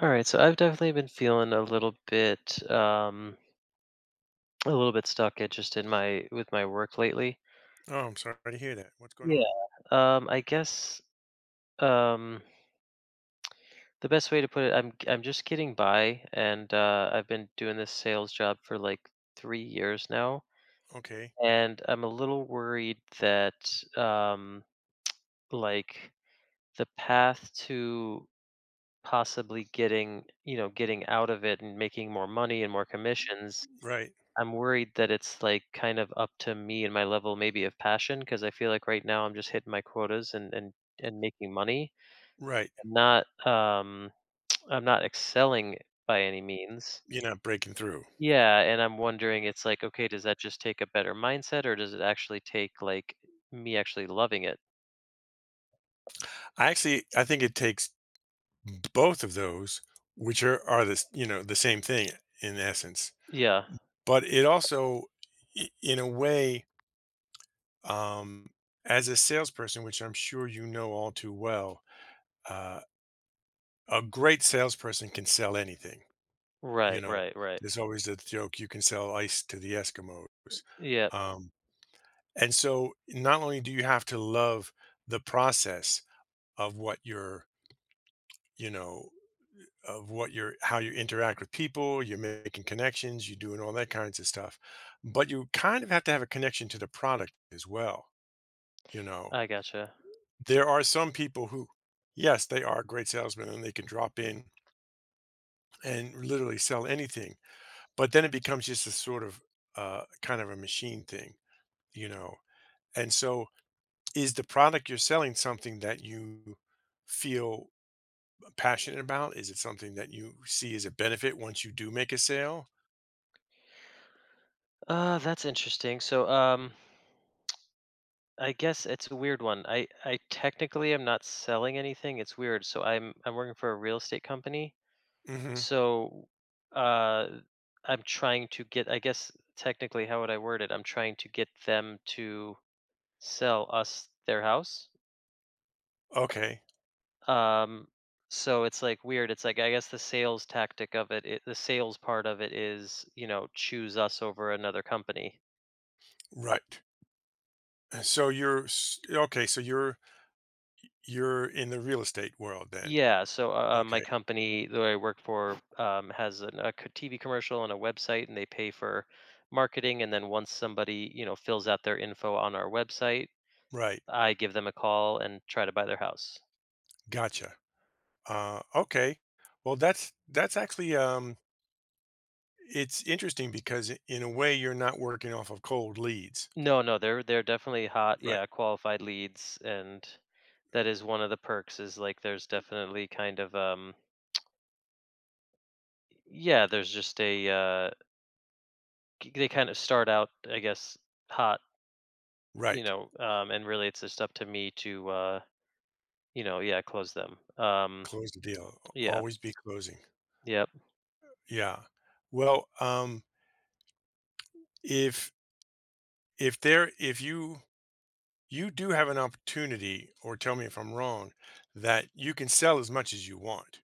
All right, so I've definitely been feeling a little bit stuck at just in my with my work lately. Oh, I'm sorry to hear that. What's going Yeah. on? I guess um, the best way to put it, I'm just getting by, and I've been doing this sales job for like 3 years now, Okay. and I'm a little worried that like the path to possibly getting getting out of it and making more money and more commissions. Right. I'm worried that it's like kind of up to me and my level maybe of passion because I feel like right now I'm just hitting my quotas and and making money. Right. I'm not I'm not excelling by any means. You're not breaking through. Yeah, and I'm wondering it's like okay, does that just take a better mindset or does it actually take like me actually loving it? I think it takes both of those, which are you know, the same thing in essence. Yeah. But it also in a way, um, as a salesperson, which I'm sure you know all too well, uh, a great salesperson can sell anything. You Right, know, right, right. there's always the joke you can sell ice to the Eskimos. Yep, Um, And so not only do you have to love the process of what you're, you know, of what you're how you interact with people, you're making connections, you're doing all that kinds of stuff, but you kind of have to have a connection to the product as well, you know. I gotcha. There are some people who yes, they are great salesmen and they can drop in and literally sell anything, but then it becomes just a sort of kind of a machine thing, you know. And so is the product you're selling something that you feel passionate about? Is it something that you see as a benefit once you do make a sale? Uh, that's interesting. So I guess it's a weird one. I technically am not selling anything. It's weird. So I'm working for a real estate company. Mhm. So uh I'm trying to get, I guess technically how would I word it? I'm trying to get them to sell us their house. Okay. Um so it's like weird. It's like I guess the sales tactic of it, the sales part of it is, you know, choose us over another company. Right. So you're you're in the real estate world then. Yeah, so my Okay. company that I work for has TV commercial and a website, and they pay for marketing. And then once somebody fills out their info on our website, Right. I give them a call and try to buy their house. Gotcha. Okay. Well, that's actually it's interesting because in a way you're not working off of cold leads. No, no, they're definitely hot. Right. Yeah, qualified leads, and that is one of the perks. Is like there's definitely kind of yeah, there's just a uh, they kind of start out, I guess, hot, you Right. know, and really it's just up to me to. You know, yeah, close them. Close the deal. Yeah, Always be closing. yep. Yeah. Well, if if you do have an opportunity, or tell me if I'm wrong, that you can sell as much as you want,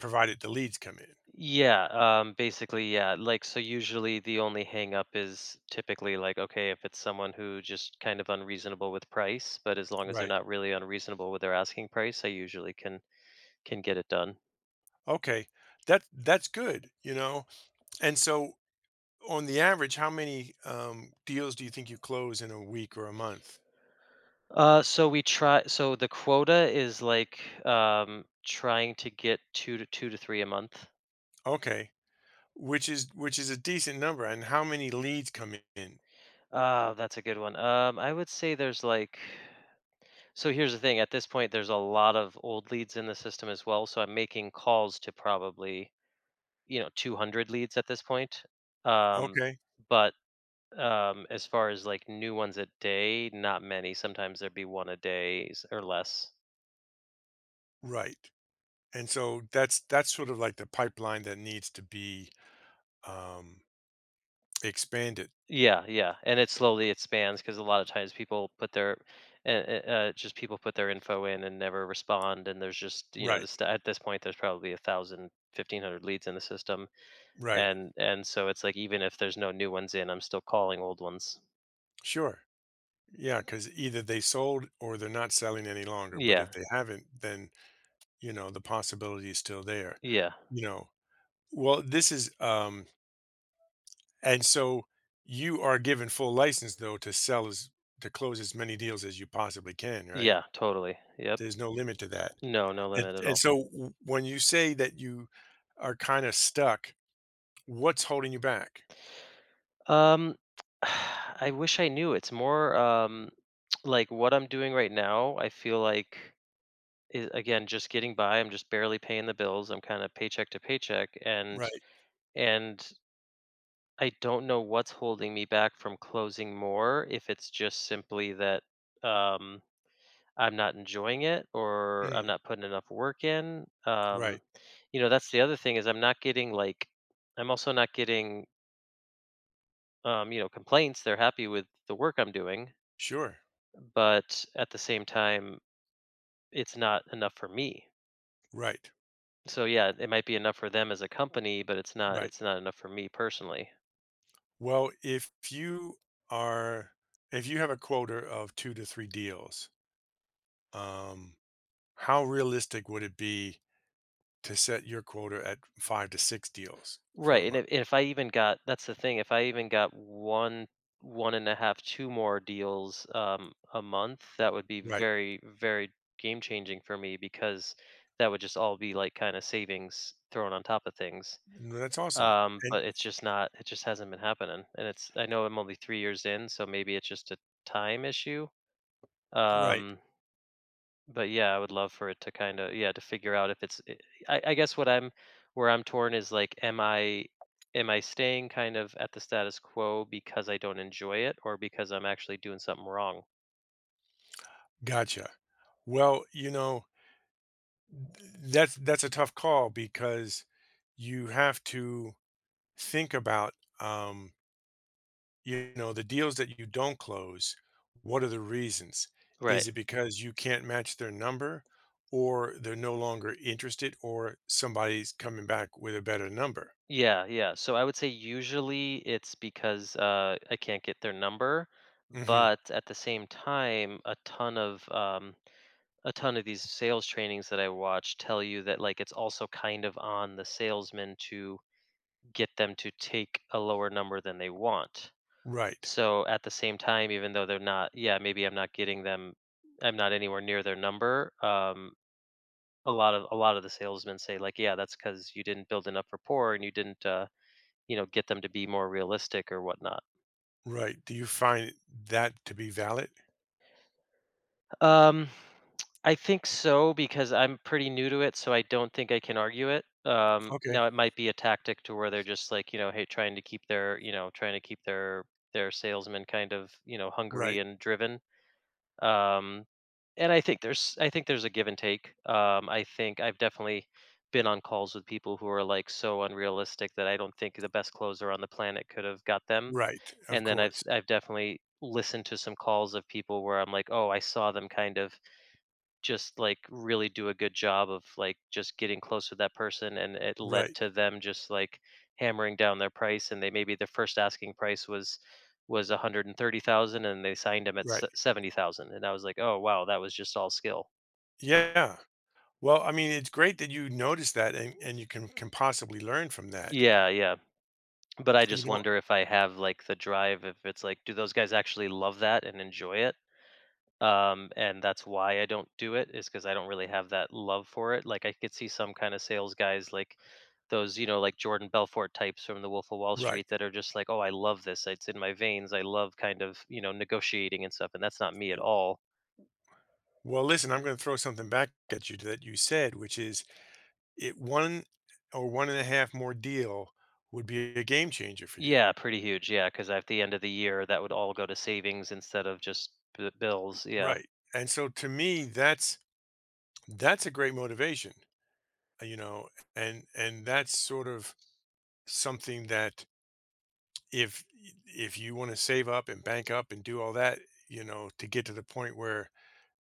provided the leads come in. Yeah, basically, yeah. Like, so usually the only hang up is typically like, okay, if it's someone who just kind of unreasonable with price, but as long as they're Right. not really unreasonable with their asking price, I usually can get it done. Okay. That's good. You know. And so on the average, how many, deals do you think you close in a week or a month? So we try. So the quota is like trying to get two to three a month. Okay, which is a decent number, and how many leads come in? That's a good one. I would say there's like. So here's the thing, at this point, there's a lot of old leads in the system as well, so I'm making calls to probably, you know, 200 leads at this point. Um, Okay, but as far as like new ones a day, not many. Sometimes there'd be one a day or less. right, and so that's sort of like the pipeline that needs to be, um, expanded. Yeah, yeah, and it slowly expands because a lot of times people put their, uh, uh, just people put their info in and never respond, and there's just you know Right, this at this point there's probably a thousand, 1,500 leads in the system. right, And so it's like even if there's no new ones in, I'm still calling old ones. sure. Yeah. Because either they sold or they're not selling any longer, but Yeah. if they haven't, then, you know, the possibility is still there, Yeah. you know? Well, this is, and so you are given full license though to sell as to close as many deals as you possibly can, right? Yeah, totally. Yep. There's no limit to that. No, no limit at And all. so when you say that you are kind of stuck, what's holding you back? Um, I wish I knew. It's more like what I'm doing right now, I feel like is again just getting by. I'm just barely paying the bills. I'm kind of paycheck to paycheck and Right. and I don't know what's holding me back from closing more if it's just simply that um I'm not enjoying it or I'm Mm, not putting enough work in. Right. You know, that's the other thing is I'm not getting like I'm also not getting complaints. They're happy with the work I'm doing, Sure. but at the same time, it's not enough for me. Right. So yeah, it might be enough for them as a company, but Right. it's not enough for me personally. Well, if you are if you have a quota of 2 to 3 deals, um how realistic would it be to set your quota at 5 to 6 deals for Right, a and month? If I even got, that's the thing, if I even got one, one and a half, two more deals, a month, that would be Right. very, very game changing for me because that would just all be like kind of savings thrown on top of things. No, that's awesome, and But it's just not, it just hasn't been happening. And it's, I know I'm only 3 years in, so maybe it's just a time issue. right, Um, but yeah, I would love for it to kind of yeah to figure out if it's. I guess what I'm, where I'm torn is like, am I staying kind of at the status quo because I don't enjoy it or because I'm actually doing something wrong? gotcha. Well, you know, th that's a tough call because you have to think about, um, you know, the deals that you don't close, what are the reasons? Right. Is it because you can't match their number, or they're no longer interested, or somebody's coming back with a better number? Yeah, yeah. So I would say usually it's because I can't get their number, Mhm. but at the same time, a ton of these sales trainings that I watch tell you that like it's also kind of on the salesman to get them to take a lower number than they want. Right, So at the same time, even though they're not, yeah, maybe I'm not getting them, I'm not anywhere near their number. A lot of the salesmen say like, yeah, that's because you didn't build enough rapport and you didn't, you know, get them to be more realistic or whatnot. right. Do you find that to be valid? Um, I think so because I'm pretty new to it, so I don't think I can argue it. Okay. Now it might be a tactic to where they're just like, you know, hey, trying to keep their salesmen kind of, you know, hungry Right, and driven. Um, and I think there's a give and take. I think I've definitely been on calls with people who are like so unrealistic that I don't think the best closer on the planet could have got them. right, of And then I've course. I've definitely listened to some calls of people where I'm like, oh, I saw them kind of just like really do a good job of like just getting close to that person and it led Right, to them just like hammering down their price and they maybe their first asking price was 130,000 and they signed him at right. 70,000 and I was like, "Oh wow, that was just all skill." Yeah. Well, I mean, it's great that you noticed that and you can possibly learn from that. Yeah, yeah. But I You just know, wonder if I have like the drive if it's like do those guys actually love that and enjoy it and that's why I don't do it is because I don't really have that love for it. Like I could see some kind of sales guys like those, you know, like Jordan Belfort types from The Wolf of Wall right. Street that are just like, oh, I love this, it's in my veins, I love kind of, you know, negotiating and stuff, and that's not me at all. Well, listen, I'm going to throw something back at you that you said, which is it one or one and a half more deal would be a game changer for you. Yeah, pretty huge, yeah, because at the end of the year that would all go to savings instead of just bills, yeah. Right. And so to me, that's a great motivation, you know, and that's sort of something that if if you want to save up and bank up and do all that, you know, to get to the point where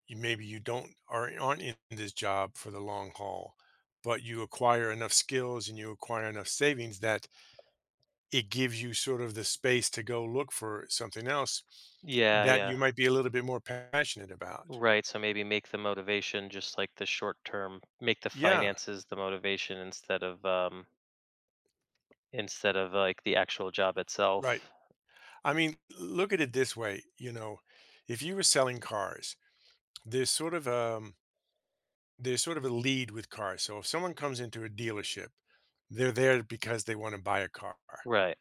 you maybe you don't are aren't in this job for the long haul, but you acquire enough skills and you acquire enough savings that it gives you sort of the space to go look for something else Yeah, that yeah, you might be a little bit more passionate about. right, so maybe make the motivation just like the short term, make the Yeah, finances the motivation instead of instead of, like, the actual job right. itself. I mean, look at it this way, you know, if you were selling cars, there's sort of um there's sort of a lead with cars. So if someone comes into a dealership, they're there because they want to buy a car. Right.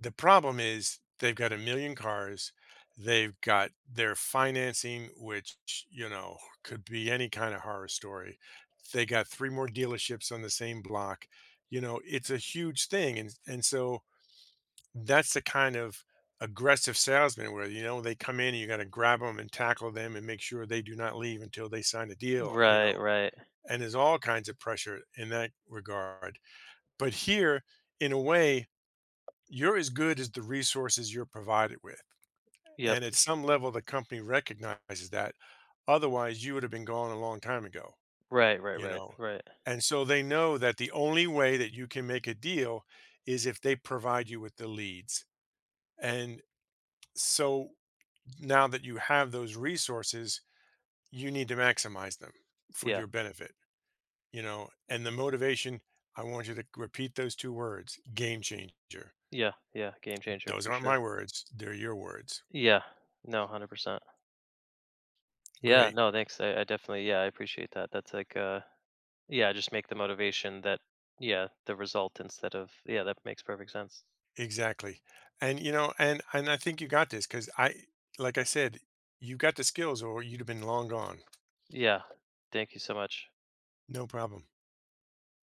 The problem is they've got a million cars. They've got their financing, which, you know, could be any kind of horror story. They got three more dealerships on the same block. You know, it's a huge thing. And so that's the kind of aggressive salesman where, you know, they come in and you got to grab them and tackle them and make sure they do not leave until they sign a deal, you Right, know. right. And there's all kinds of pressure in that regard. But here, in a way, you're as good as the resources you're provided with, Yep. and at some level, the company recognizes that. Otherwise, you would have been gone a long time ago, Right, right, you right, know? right. And so they know that the only way that you can make a deal is if they provide you with the leads. And so now that you have those resources, you need to maximize them for Yeah. your benefit, you know? And the motivation, I want you to repeat those two words, game changer. Yeah, yeah, game changer Those for aren't my sure. words, they're your words. Yeah. No, 100%. Yeah, Great. no, thanks. I definitely, yeah, I appreciate that. That's like, yeah, just make the motivation that, yeah, the result instead of, yeah, that makes perfect sense. Exactly. And you know, and I think you got this because I, like I said, you got the skills, or you'd have been long gone. Yeah. Thank you so much. No problem.